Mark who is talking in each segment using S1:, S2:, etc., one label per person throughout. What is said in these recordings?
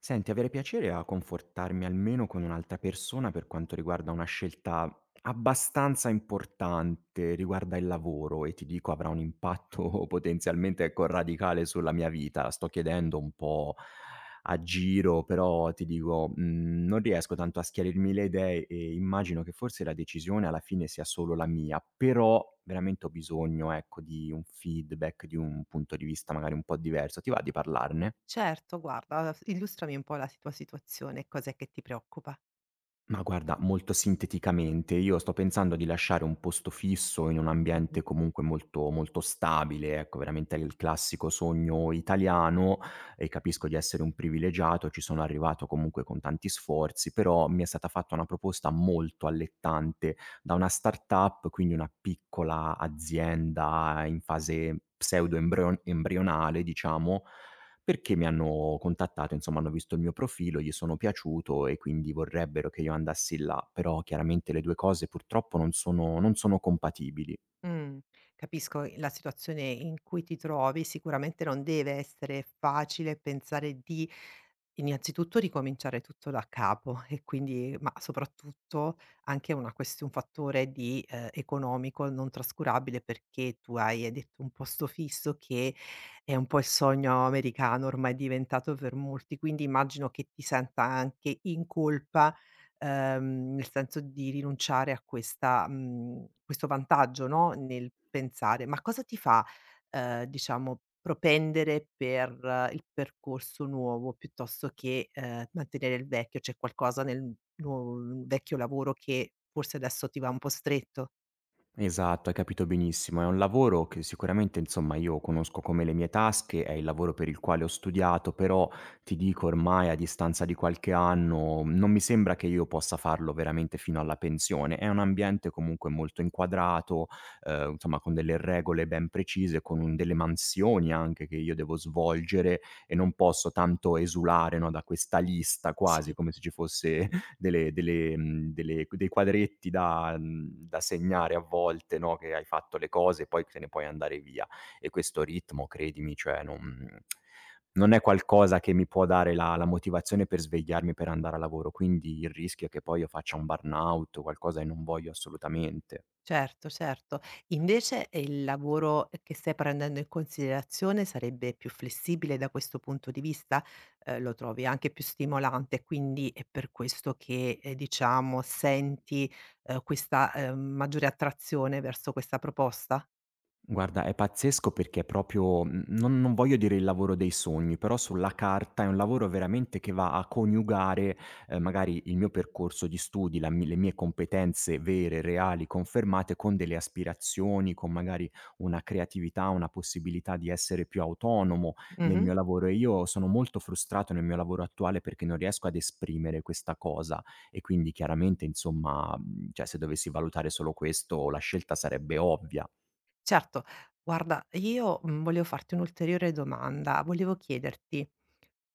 S1: Senti, avere piacere a confortarmi almeno con un'altra persona per quanto riguarda una scelta abbastanza importante, riguarda il lavoro e ti dico avrà un impatto potenzialmente, ecco, radicale sulla mia vita. Sto chiedendo un po' a giro, però ti dico, non riesco tanto a schiarirmi le idee e immagino che forse la decisione alla fine sia solo la mia, però veramente ho bisogno, ecco, di un feedback, di un punto di vista magari un po' diverso. Ti va di parlarne?
S2: Certo, guarda, illustrami un po' la s tua situazione, cos'è che ti preoccupa?
S1: Ma guarda, molto sinteticamente, io sto pensando di lasciare un posto fisso in un
S2: Mh-mh.
S1: ambiente comunque molto, molto stabile, ecco, veramente il classico sogno italiano, e capisco di essere un privilegiato, ci sono arrivato comunque con tanti sforzi, però mi è stata fatta una proposta molto allettante da una startup, quindi una piccola azienda in fase pseudo-embrionale, diciamo, perché mi hanno contattato, insomma hanno visto il mio profilo, gli sono piaciuto e quindi vorrebbero che io andassi là, però chiaramente le 2 cose purtroppo non sono compatibili.
S2: Mh, Capisco la situazione in cui ti trovi, sicuramente non deve essere facile pensare di innanzitutto ricominciare tutto da capo e quindi ma soprattutto anche una questi un fattore di, economico non trascurabile perché tu hai detto un posto fisso che è un po' il sogno americano ormai diventato per molti, quindi immagino che ti senta anche in colpa nel senso di rinunciare a questo vantaggio, no, nel pensare. Ma cosa ti fa, diciamo propendere per il percorso nuovo piuttosto che, mantenere il vecchio? C'è qualcosa nel nuo vecchio lavoro che forse adesso ti va un po' stretto?
S1: Esatto, hai capito benissimo. È un lavoro che sicuramente, insomma, io conosco come le mie tasche, è il lavoro per il quale ho studiato, però ti dico ormai a distanza di qualche anno non mi sembra che io possa farlo veramente fino alla pensione. È un ambiente comunque molto inquadrato, insomma, con delle regole ben precise, con delle mansioni anche che io devo svolgere e non posso tanto esulare, no, da questa lista, quasi
S2: Sì.
S1: come se ci fosse delle delle mhmm, delle dei quadretti da da segnare a volte, no, che hai fatto le cose e poi te ne puoi andare via. E questo ritmo, credimi, cioè non è qualcosa che mi può dare la motivazione per svegliarmi per andare a lavoro, quindi il rischio è che poi io faccia un burnout o qualcosa e non voglio assolutamente.
S2: Certo, certo. Invece, il lavoro che stai prendendo in considerazione sarebbe più flessibile da questo punto di vista? Lo trovi anche più stimolante, quindi è per questo che, diciamo senti, questa, maggiore attrazione verso questa proposta?
S1: Guarda, è pazzesco perché è proprio non voglio dire il lavoro dei sogni, però sulla carta è un lavoro veramente che va a coniugare, magari il mio percorso di studi, la mi le mie competenze vere, reali, confermate con delle aspirazioni, con magari una creatività, una possibilità di essere più autonomo nel
S2: Mh-mh.
S1: mio lavoro, e io sono molto frustrato nel mio lavoro attuale perché non riesco ad esprimere questa cosa e quindi chiaramente, insomma, cioè se dovessi valutare solo questo la scelta sarebbe ovvia.
S2: Certo, guarda, io, volevo farti un'ulteriore domanda. Volevo chiederti: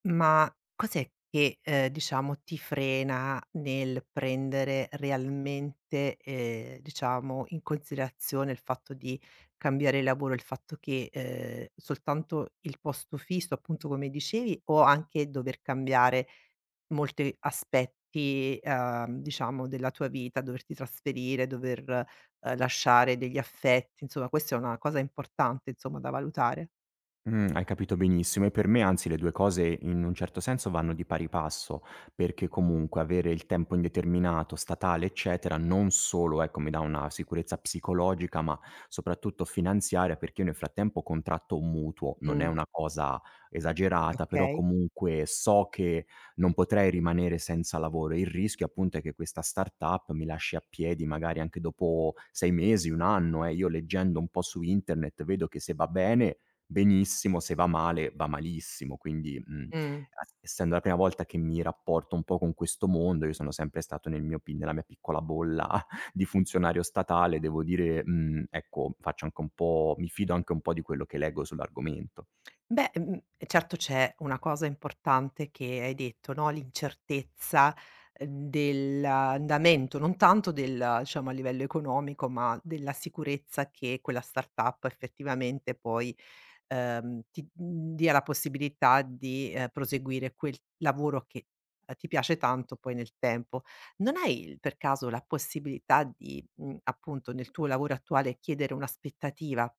S2: ma cos'è che, diciamo ti frena nel prendere realmente, diciamo in considerazione il fatto di cambiare lavoro, il fatto che, soltanto il posto fisso, appunto come dicevi, o anche dover cambiare molti aspetti, diciamo della tua vita, doverti trasferire, dover lasciare degli affetti, insomma questa è una cosa importante insomma da valutare.
S1: Hai capito benissimo e per me anzi le 2 cose in un certo senso vanno di pari passo, perché comunque avere il tempo indeterminato, statale, eccetera, non solo, ecco, mi dà una sicurezza psicologica, ma soprattutto finanziaria, perché io nel frattempo ho contratto un mutuo. Non è
S2: Mh.
S1: una cosa esagerata, però
S2: Okay?
S1: comunque so che non potrei rimanere senza lavoro. Il rischio appunto è che questa startup mi lasci a piedi magari anche dopo 6 mesi, 1 anno, eh. Io leggendo un po' su internet vedo che se va bene benissimo, se va male, va malissimo. Quindi, mhmm,
S2: Mh.
S1: a essendo la prima volta che mi rapporto un po' con questo mondo, io sono sempre stato nel mio pi nella mia piccola bolla di funzionario statale, devo dire, ecco, faccio anche un po' mi fido anche un po' di quello che leggo sull'argomento.
S2: Beh, certo c'è una cosa importante che hai detto, no, l'incertezza dell'andamento, non tanto del diciamo a livello economico, ma della sicurezza che quella startup effettivamente poi, ti dia la possibilità di, proseguire quel lavoro che, ti piace tanto poi nel tempo. Non hai per caso la possibilità di, appunto nel tuo lavoro attuale chiedere un'aspettativa?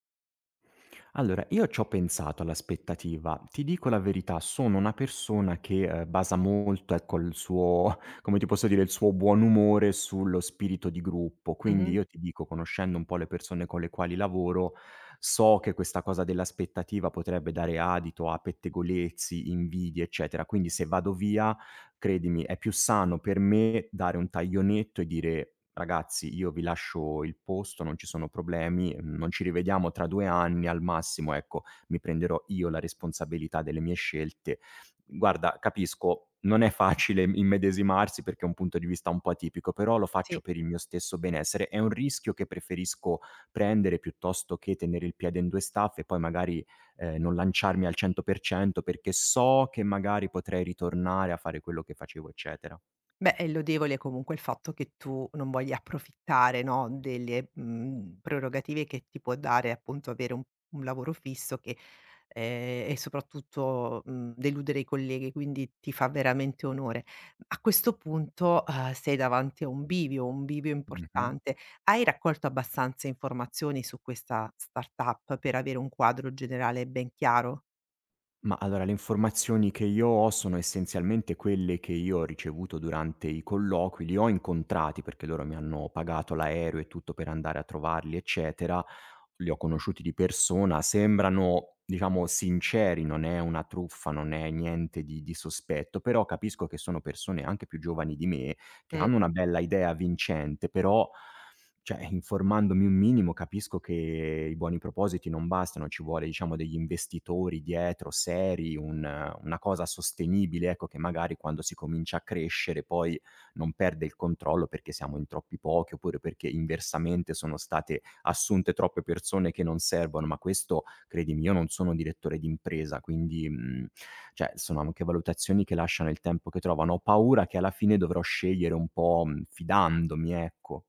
S1: Allora, io c'ho pensato all'aspettativa. Ti dico la verità, sono una persona che, basa molto, ecco, il suo come ti posso dire, il suo buon umore sullo spirito di gruppo. Quindi
S2: Mh-mh.
S1: io ti dico, conoscendo un po' le persone con le quali lavoro, so che questa cosa dell'aspettativa potrebbe dare adito a pettegolezzi, invidie, eccetera. Quindi se vado via, credimi, è più sano per me dare un taglionetto e dire: "Ragazzi, io vi lascio il posto, non ci sono problemi, non ci rivediamo tra 2 anni, al massimo, ecco, mi prenderò io la responsabilità delle mie scelte". Guarda, capisco, non è facile immedesimarsi perché è un punto di vista un po' atipico, però lo faccio
S2: Sì.
S1: per il mio stesso benessere. È un rischio che preferisco prendere piuttosto che tenere il piede in 2 staffe e poi magari non lanciarmi al 100% perché so che magari potrei ritornare a fare quello che facevo, eccetera.
S2: Beh, è lodevole comunque il fatto che tu non voglia approfittare, no, delle, prerogative che ti può dare appunto avere un lavoro fisso che e soprattutto, deludere i colleghi, quindi ti fa veramente onore. A questo punto, sei davanti a un bivio
S1: Mh-mh.
S2: importante. Hai raccolto abbastanza informazioni su questa startup per avere un quadro generale ben chiaro?
S1: Ma allora, le informazioni che io ho sono essenzialmente quelle che io ho ricevuto durante i colloqui, li ho incontrati perché loro mi hanno pagato l'aereo e tutto per andare a trovarli, eccetera, li ho conosciuti di persona, sembrano diciamo sinceri, non è una truffa, non è niente di sospetto, però capisco che sono persone anche più giovani di me, che hanno una bella idea vincente, però cioè, informandomi un minimo capisco che i buoni propositi non bastano, ci vuole diciamo degli investitori dietro seri, un una cosa sostenibile, ecco, che magari quando si comincia a crescere poi non perde il controllo perché siamo in troppi pochi, oppure perché inversamente sono state assunte troppe persone che non servono, ma questo credimi io non sono direttore d'impresa, quindi, cioè sono anche valutazioni che lasciano il tempo che trovano. Ho paura che alla fine dovrò scegliere un po', fidandomi, ecco.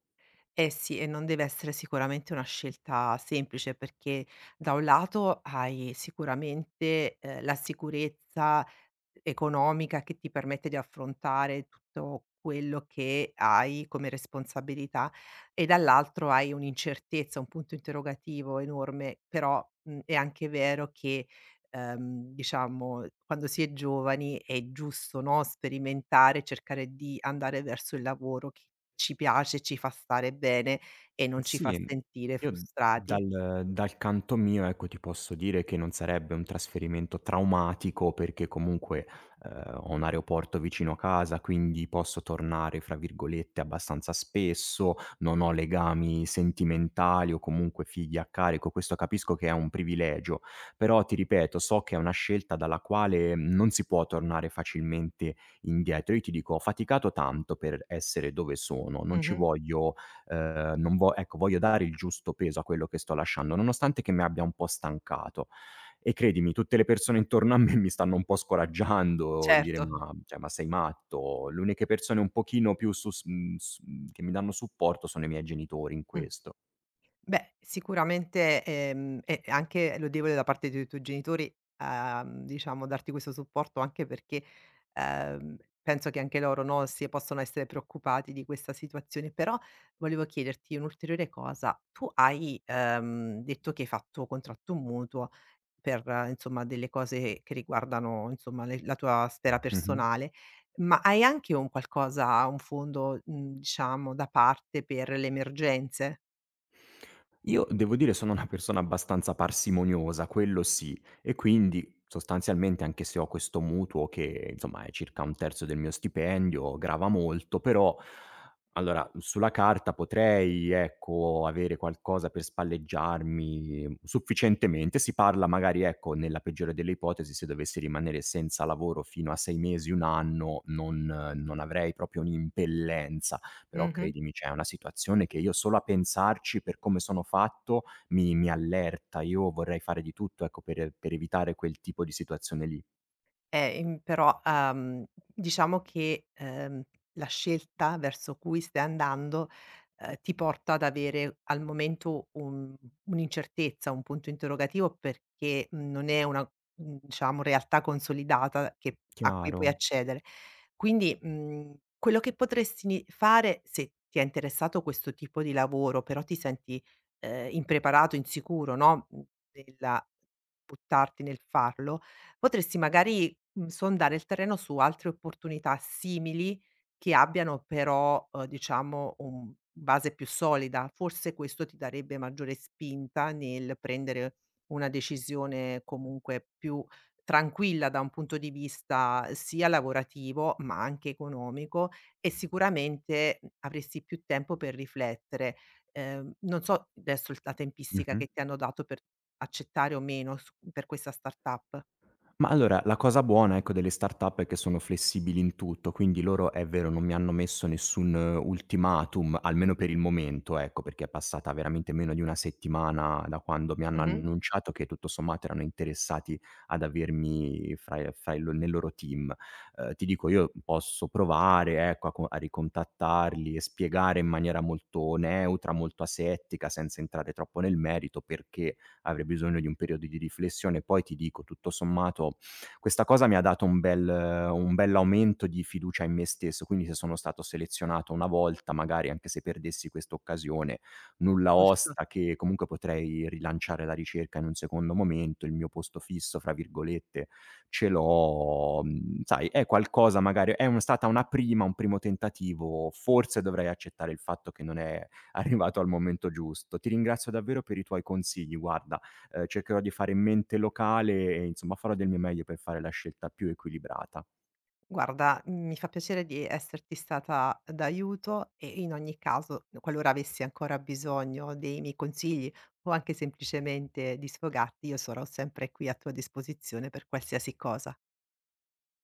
S2: Eh sì, e non deve essere sicuramente una scelta semplice perché da un lato hai sicuramente, la sicurezza economica che ti permette di affrontare tutto quello che hai come responsabilità e dall'altro hai un'incertezza, un punto interrogativo enorme, però, è anche vero che, diciamo quando si è giovani è giusto, no, sperimentare, cercare di andare verso il lavoro che ci piace, ci fa stare bene e non ci fa
S1: Sì,
S2: sentire
S1: io
S2: frustrati.
S1: dal canto mio, ecco, ti posso dire che non sarebbe un trasferimento traumatico perché comunque, ho un aeroporto vicino a casa, quindi posso tornare, fra virgolette, "abbastanza spesso", non ho legami sentimentali o comunque figli a carico, questo capisco che è un privilegio, però ti ripeto, so che è una scelta dalla quale non si può tornare facilmente indietro. Io ti dico, ho faticato tanto per essere dove sono, non ci
S2: Mh-mh.
S1: voglio. Non vo Ecco, voglio dare il giusto peso a quello che sto lasciando, nonostante che mi abbia un po' stancato. E credimi, tutte le persone intorno a me mi stanno un po' scoraggiando di dire:
S2: Certo.
S1: "Ma cioè, ma sei matto?" Le uniche persone un pochino più su s mhmm, che mi danno supporto sono i miei genitori in
S2: Mh.
S1: questo.
S2: Beh, sicuramente, è anche lodevole da parte dei tuoi genitori, diciamo darti questo supporto anche perché, penso che anche loro, no, si possono essere preoccupati di questa situazione. Però volevo chiederti un'ulteriore cosa: tu hai, detto che hai fatto contratto mutuo per, insomma, delle cose che riguardano, insomma, le la tua sfera
S1: Mh-mh.
S2: personale, ma hai anche un fondo, diciamo da parte per le emergenze?
S1: Io devo dire sono una persona abbastanza parsimoniosa, quello sì, e quindi sostanzialmente anche se ho questo mutuo che insomma è circa un terzo del mio stipendio, grava molto, però allora sulla carta potrei, ecco, avere qualcosa per spalleggiarmi sufficientemente, si parla magari, ecco, nella peggiore delle ipotesi se dovessi rimanere senza lavoro fino a 6 mesi, 1 anno, non avrei proprio un'impellenza, però
S2: Mh-mh.
S1: credimi, cioè è una situazione che io solo a pensarci, per come sono fatto, mi allerta. Io vorrei fare di tutto, ecco, per evitare quel tipo di situazione lì.
S2: Im però, diciamo che, la scelta verso cui stai andando, ti porta ad avere al momento un'incertezza, un punto interrogativo perché non è una, diciamo realtà consolidata che a cui
S1: Chiaro.
S2: puoi accedere. Quindi, quello che potresti ni fare, se ti è interessato questo tipo di lavoro, però ti senti, impreparato, insicuro, no, della buttarti nel farlo, potresti magari sondare il terreno su altre opportunità simili che abbiano però, diciamo un base più solida. Forse questo ti darebbe maggiore spinta nel prendere una decisione comunque più tranquilla da un punto di vista sia lavorativo, ma anche economico e sicuramente, avresti più tempo per riflettere. Non so adesso il la tempistica
S1: Mh-mh.
S2: che ti hanno dato per accettare o meno su per questa startup.
S1: Ma allora, la cosa buona, ecco, delle startup è che sono flessibili in tutto, quindi loro è vero, non mi hanno messo nessun ultimatum, almeno per il momento, ecco, perché è passata veramente meno di una settimana da quando mi hanno
S2: Mh-mh.
S1: annunciato che tutto sommato erano interessati ad avermi fra fra il nel loro team. Ti dico, io posso provare, ecco, a ricontattarli e spiegare in maniera molto neutra, molto asettica, senza entrare troppo nel merito, perché avrei bisogno di un periodo di riflessione. Poi ti dico, tutto sommato, questa cosa mi ha dato un bell'aumento di fiducia in me stesso, quindi se sono stato selezionato una volta, magari anche se perdessi quest'occasione, nulla
S2: Giusto?
S1: osta che comunque potrei rilanciare la ricerca in un secondo momento, il mio "posto fisso" fra virgolette ce l'ho, sai, è qualcosa magari è un stata una prima un primo tentativo, forse dovrei accettare il fatto che non è arrivato al momento giusto. Ti ringrazio davvero per i tuoi consigli, guarda, cercherò di fare mente locale e insomma farò del mio meglio per fare la scelta più equilibrata.
S2: Guarda, mi fa piacere di esserti stata d'aiuto e in ogni caso, qualora avessi ancora bisogno dei miei consigli o anche semplicemente di sfogarti, io sarò sempre qui a tua disposizione per qualsiasi cosa.